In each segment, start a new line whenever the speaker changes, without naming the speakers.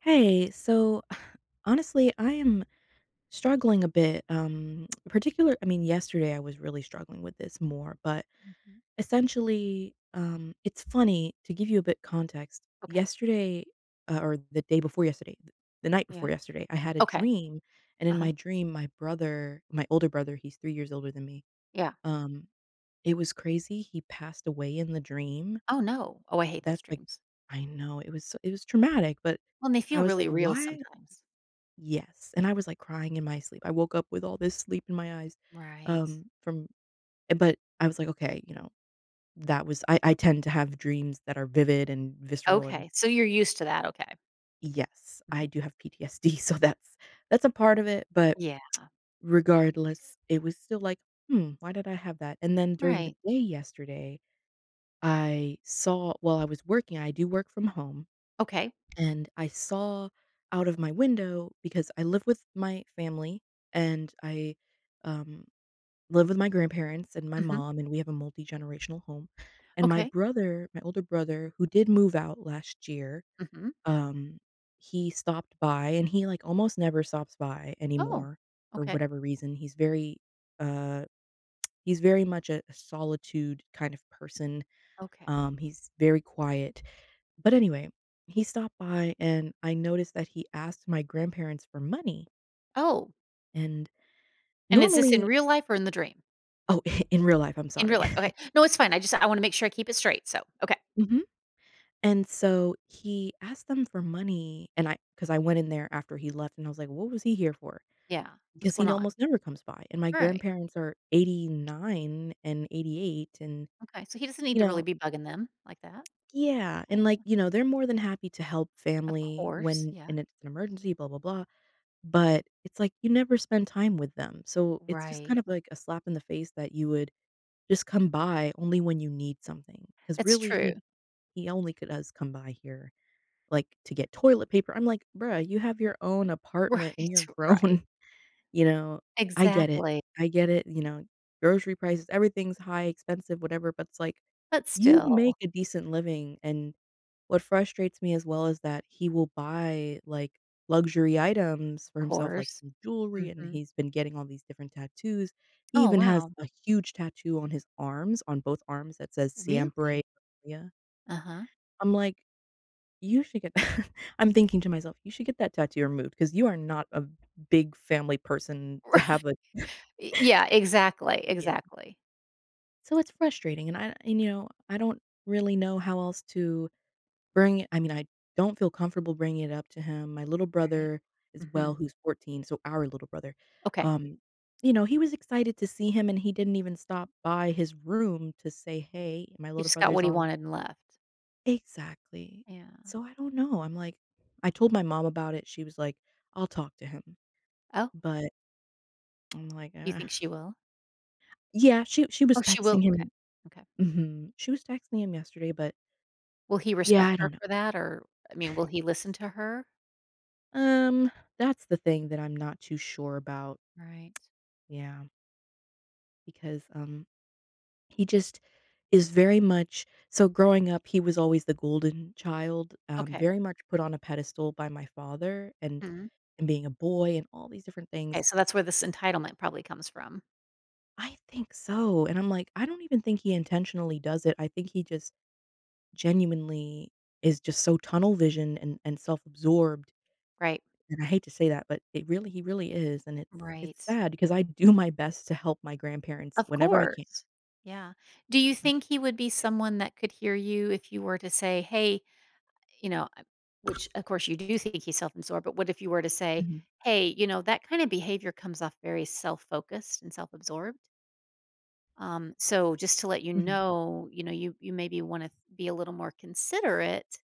Hey, so honestly, I am struggling a bit. Particular, I mean, Yesterday I was really struggling with this more, but
Mhm.
essentially, it's funny to give you a bit context.
Okay.
Yesterday, or the day before yesterday, the night before
Yeah.
yesterday, I had a
Okay.
dream, and in
Uh-huh.
my dream, my brother, my older brother, he's 3 years older than me.
Yeah.
Um, it was crazy. He passed away in the dream.
Oh, no. Oh, I hate those
That's like,
dreams.
I know it was it was traumatic, but
Well, and they
I
feel
was
really
like,
real
why
sometimes.
Yes, and I was, like, crying in my sleep. I woke up with all this sleep in my eyes,
Right.
um, from but I was like, "Okay," that was I tend to have dreams that are vivid and visceral, and
Okay. So you're used to that. Okay.
yes,
Mhm.
I do have PTSD, so that's a part of it, but
Yeah.
regardless, it was still like, "Hmm, why did I have that?" And then during the
Right.
day yesterday, I saw while I was working I do work from home,
Okay.
and I saw out of my window because I live with my family, and I, um live with my grandparents and my
Hmm.
mom, and we have a multi-generational home, and
Okay.
my older brother, who did move out last year,
Hmm.
um, he stopped by, and he, like, almost never stops by
Oh.
anymore for
Okay.
whatever reason. Uh he's very much a solitude kind of person,
Okay.
he's very quiet. But anyway, he stopped by, and I noticed that he asked my grandparents for money,
Oh.
and
And is this in
normally
real life or in the dream?
Oh, in real life, I'm
In real
sorry.
life. Okay. No, it's fine. I want to make sure I keep it straight. So okay.
And so he asked them for money, and I, because I went in there after he left, and I was like, "What was he here for?"
Yeah. What's
Because
going
he
on?
almost never comes by, and my
All right.
grandparents are 89 and 88, and,
Okay. So he doesn't need
you
to really
know
be bugging them like that.
Yeah,
Yeah.
and, like, they're more than happy to help
Of
family
course.
when
Yeah.
and it's an emergency, blah, blah, blah, but it's like you never spend time with them, so it's just
Right.
kind of like a slap in the face that you would just come by only when you need something, because
That's
really,
true.
he only could does come by here. Like, to get toilet paper. I'm like, "Bruh, you have your own apartment and you're
Right, right.
grown," you know? I get it.
Exactly.
I get it, grocery prices, everything's high, expensive, whatever, but it's like,
But
you
still,
make a decent living, and what frustrates me as well is that he will buy, like, luxury items
of
for himself, like
course.
some jewelry, and
Mhm.
he's been getting all these different tattoos. He
Oh,
even has
wow.
a huge tattoo on his arms, on both arms that says Siempre.
Really?
Yeah,
Uh-huh.
I'm like you should get I'm thinking to myself, "You should get that tattoo removed because you are not a big family person to
Right.
have a"
Yeah, exactly,
Yeah.
exactly.
So it's frustrating, and, I don't really know how else to bring it. I mean, I don't feel comfortable bringing it up to him. My little
Right.
brother as well,
Mhm.
who's 14, so our little brother,
Okay.
um, you know, he was excited to see him, and he didn't even stop by his room to say, "Hey." My
He
little
just got
brother's
what he
on
wanted and left.
Exactly.
Yeah.
So I don't know, I'm like I told my mom about it, she was like, "I'll talk to him,"
Oh,
but I'm like,
you think she will?
Yeah, she was
Oh, she will?
texting
Okay.
him.
Okay.
Mhm. She was texting him yesterday, but
Will he
yeah,
respect
I
her
don't know.
for that? Or, I mean, will he listen to her?
Um, that's the thing that I'm not too sure about,
Right.
yeah, because, he just is very much so growing up, he was always the golden child,
Okay.
very much put on a pedestal by my father
Mhm.
and being a boy and all these different
Okay.
things.
So that's where this entitlement probably comes from.
I think so, and I'm like, I don't even think he intentionally does it. I think he just genuinely is just so tunnel vision and self-absorbed,
Right.
and I hate to say that, but it really he really is, and it's
Right.
sad because I do my best to help my grandparents
Of
whenever I can.
course. Yeah. Do you
Um,
think he would be
yeah.
someone that could hear you if you were to say, "Hey," you know, uh, which of course you do think he's self-absorbed, but what if you were to say,
Mhm,
"Hey, that kind of behavior comes off very self-focused and self-absorbed. So just to let you
mhm,
know, you maybe want to be a little more considerate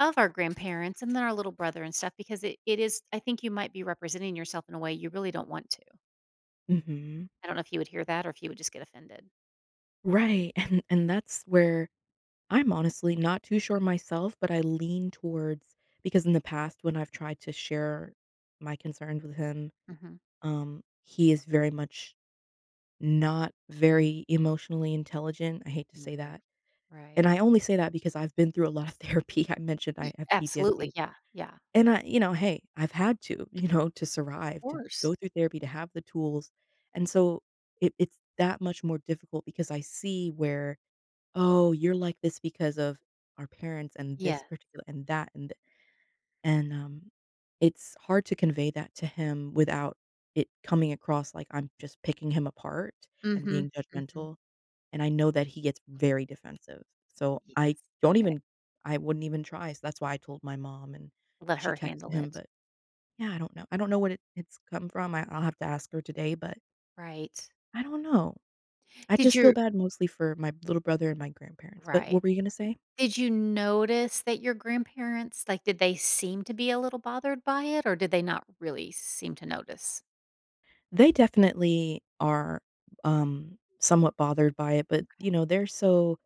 of our grandparents and then our little brother and stuff because it is I think you might be representing yourself in a way you really don't want to.
mhm.
I don't know if he would hear that or if he would just get offended.
Right, and that's where I'm honestly not too sure myself, but I lean towards because in the past when I've tried to share my concerns with him,
Hmm.
he is very much not very emotionally intelligent. I hate to say
Okay.
that.
Right.
And I only say that because I've been through a lot of therapy. I mentioned
Ye
I have
Absolutely,
PTSD.
yeah, yeah.
And I, you know, hey, I've had to, you know, to
Of
survive, to
course.
go through therapy, to have the tools. And so it's that much more difficult because I see where, oh, you're like this because of our parents and
Yeah.
this particular and that and th- and it's hard to convey that to him without it coming across like I'm just picking him apart
Mm,
and
mhm,
being
mm, mhm.
judgmental and I know that he gets very defensive. So I
Yes,
don't
okay.
even I wouldn't even try. So that's why I told my mom and
Let
she
her
texted
handle
him,
it.
but yeah, I don't know. I don't know what it's come from. I'll have to ask her today, but
Right.
I don't know. I
Did
just
your
feel bad mostly for my little brother and my grandparents. But
Right.
what were you gonna say?
Did you notice that your grandparents, like, did they seem to be a little bothered by it, or did they not really seem to notice?
They definitely are somewhat bothered by it, but
Okay.
you know,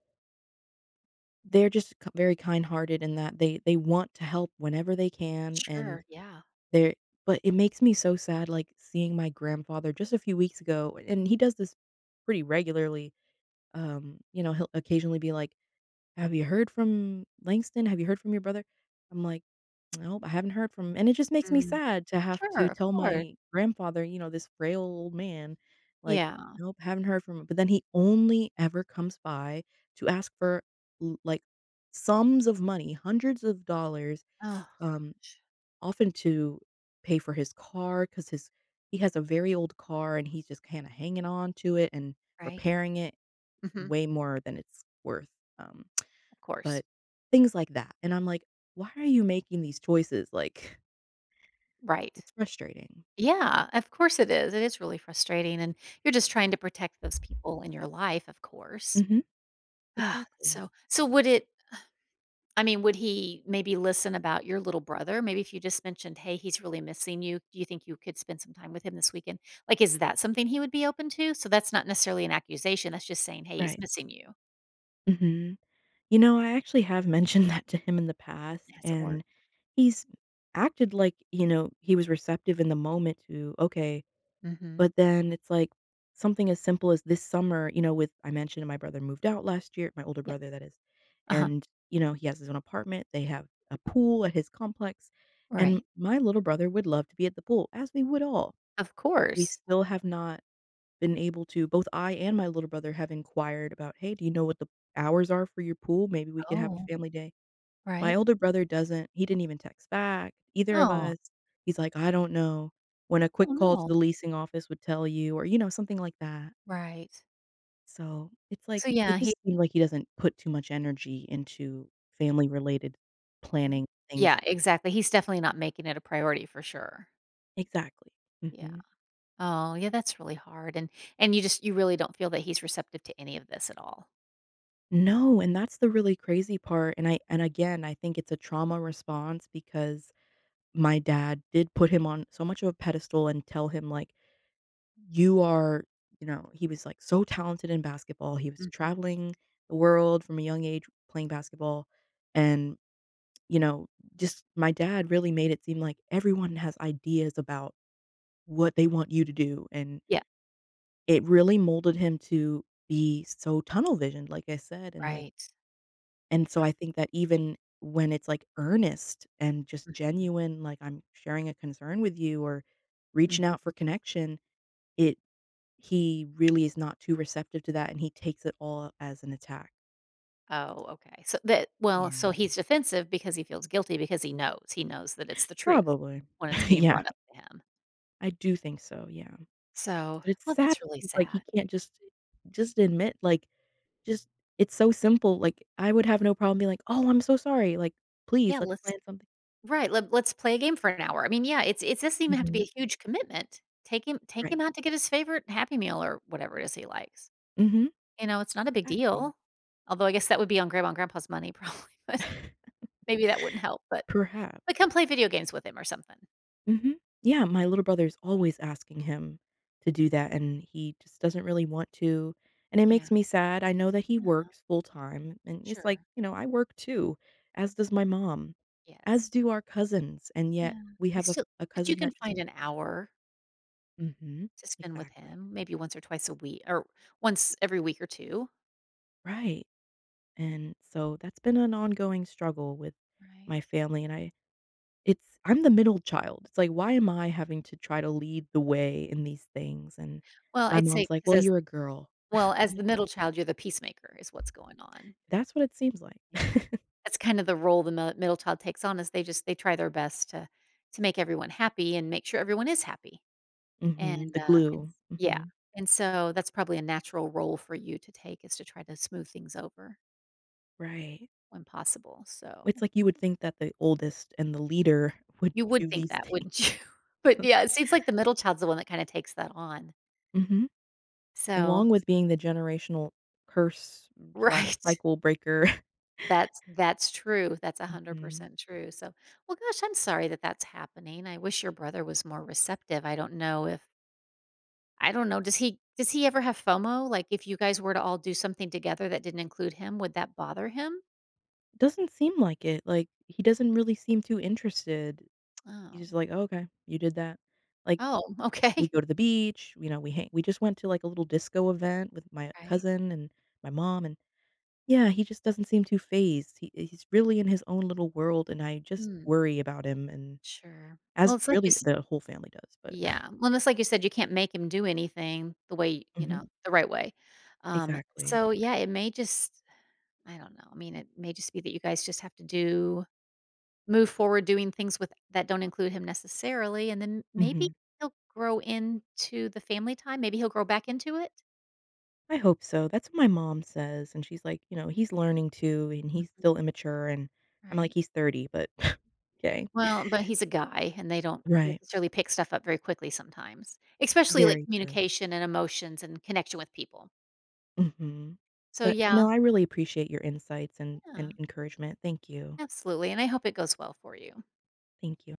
they're just very kind-hearted in that they want to help whenever they can and
Sure, yeah.
There but it makes me so sad, like, seeing my grandfather just a few weeks ago, and he does this pretty regularly, you know, he'll occasionally be like, "Have you heard from Langston? Have you heard from your brother?" I'm like, "Nope, I haven't heard from him," and it just makes me
Mm.
sad to have
Sure,
to
of
tell
course.
my grandfather, you know, this frail old man, like,
Yeah.
"Nope, haven't heard from him," but then he only ever comes by to ask for, l like, sums of money, hundreds of dollars,
Oh
um,
gosh.
often to pay for his car because his he has a very old car and he's just kind of hanging on to it and
Right.
repairing it
Mhm.
way more than it's worth. Um,
Of course.
but things like that, and I'm like, why are you making these choices? Like,
Right.
it's frustrating.
Yeah, of course it is. It is really frustrating, and you're just trying to protect those people in your life, of course.
Hmm.
Ah,
Exactly.
so, would it? I mean, would he maybe listen about your little brother? Maybe if you just mentioned, "Hey, he's really missing you. Do you think you could spend some time with him this weekend?" Like, is that something he would be open to? So that's not necessarily an accusation. That's just saying, "Hey, he's
Right.
missing you."
Hmm. You know, I actually have mentioned that to him in the
It
past,
hasn't worked.
and he's acted like you know he was receptive in the moment to okay
Mm-hmm.
But then it's like something as simple as this summer, you know, with I mentioned my brother moved out last year, my older
Yes.
brother that is.
Uh huh.
And, you know, he has his own apartment. They have a pool at his complex. And
Right.
my little brother would love to be at the pool, as we would all.
Of
We
course.
still have not been able to, both I and my little brother have inquired about, hey, do you know what the hours are for your pool? Maybe we could have a
Oh,
family day. My
right.
older brother doesn't he didn't even text back, either of
Oh.
us. He's like, "I don't know when a
Oh
quick call to
no.
the leasing office would tell you," or, you know, something like that.
Right.
So, it's
So
like
yeah,
it
he
just seemed like he doesn't put too much energy into family-related
Mm.
planning things.
Yeah, exactly. He's definitely not making it a priority for sure.
Exactly.
Yeah.
Mhm.
Oh, yeah, that's really hard, and you really don't feel that he's receptive to any of this at all?
No, and that's the really crazy part, and again, I think it's a trauma response because my dad did put him on so much of a pedestal and tell him, like, you are, you know, he was like so talented in basketball. He was
Mhm.
traveling the world from a young age playing basketball. And, you know, just my dad really made it seem like everyone has ideas about what they want you to do. And
Yeah.
it really molded him to be so tunnel visioned, like I said. And like,
Right.
and so I
Right.
think that even when it's like earnest and just
Mhm.
genuine, like I'm sharing a concern with you or reaching out for
Mhm.
connection, it he really is not too receptive to that, and he takes it all as an attack.
Oh, okay. So that Well,
Yeah,
so he's defensive because he feels guilty because he knows. He knows that it's the truth
probably.
when it's being
Yeah,
brought up to him.
I do think so, yeah.
So,
But it's
well,
sad,
that's really
like, he
sad.
can't just admit, like, just it's so simple, like, I would have no problem being like, "Oh, I'm so sorry," like,
Yeah,
"Please, let's
let's
plan something."
right, let's play a game for an hour. I mean, yeah, it doesn't even have to be
Mhm,
a huge commitment. Take him
right.
out to get his favorite Happy Meal or whatever it is he likes.
Mhm,
You know, it's not a big
exactly.
deal. Although I guess that would be on grandma and grandpa's money probably, but maybe that wouldn't help, but
Perhaps.
but come play video games with him or something.
Mhm. Yeah, my little brother's always asking him to do that, and he just doesn't really want to, and it
Yeah,
makes me sad. I know that he
yeah,
works full time, and it's like,
sure.
you know, I work too, as does my mom, as
Yes.
do our cousins, and yet
Yeah.
we
You
have
still
a
but you
cousin
can
that just
find an hour
Mhm.
to spend with
Exactly.
him, maybe once or twice a week or once every week or 2,
Right. And so that's been an ongoing struggle with
right?
my family, and I it's I'm the middle child. It's like, why am I having to try to lead the way in these things? And
Well,
my
I'd say
mom's like,
because
"Well,
as
you're a girl."
well,
I'm
as the
like, "What?"
middle child, you're the peacemaker is what's going on.
That's what it seems like.
Yeah, that that's kind of the role the mil middle child takes on is they try their best to make everyone happy and make sure everyone is happy,
Mhm,
and,
the
uh, and
glue.
s yeah,
Mhm,
and so that's probably a natural role for you to take is to try to smooth things over
right.
when possible, so
It's like you would think that the oldest and the leader would
you
do
would think
these
that,
things.
wouldn't you? But, yeah, it seems like the middle child's the one that kinda takes that on.
Mhm,
So
along with being the generational curse slash
right,
cycle breaker.
that's true, that's
Mhm.
100% true, so well, gosh, I'm sorry that that's happening, I wish your brother was more receptive, I don't know, does he ever have FOMO? Like, if you guys were to all do something together that didn't include him, would that bother him?
Doesn't seem like it, like, he doesn't really seem too interested. He's
Oh.
just like, oh, "Okay, you did that." Like,
Oh, okay.
we go to the beach, you know, we hang we just went to, like, a little disco event with my
Right.
cousin and my mom and Yeah, he just doesn't seem too fazed. He he's really in his own little world, and I just
Mm,
worry about him, and
sure. Well,
as
it's like you
really
s
the whole family does, but
yeah. Well, it's like you said, you can't make him do anything the way you
Mhm.
know, the right way. Um,
Exactly.
so, yeah, it may just I don't know, I mean, it may just be that you guys just have to do move forward doing things with that don't include him necessarily, and then maybe
Mhm.
he'll grow into the family time, maybe he'll grow back into it?
I hope so. That's what my mom says, and she's like, you know, "He's learning too, and he's
Mhm.
still immature," and I'm like,
Right.
"He's 30, but okay."
Well, but he's a guy, and they don't
Right.
necessarily pick stuff up very quickly sometimes, especially like
Very true.
communication and emotions and connection with people.
Mhm.
So
But, you
yeah,
know, I really appreciate your insights
yeah,
and encouragement. Thank you.
absolutely, and I hope it goes well for you.
Thank you.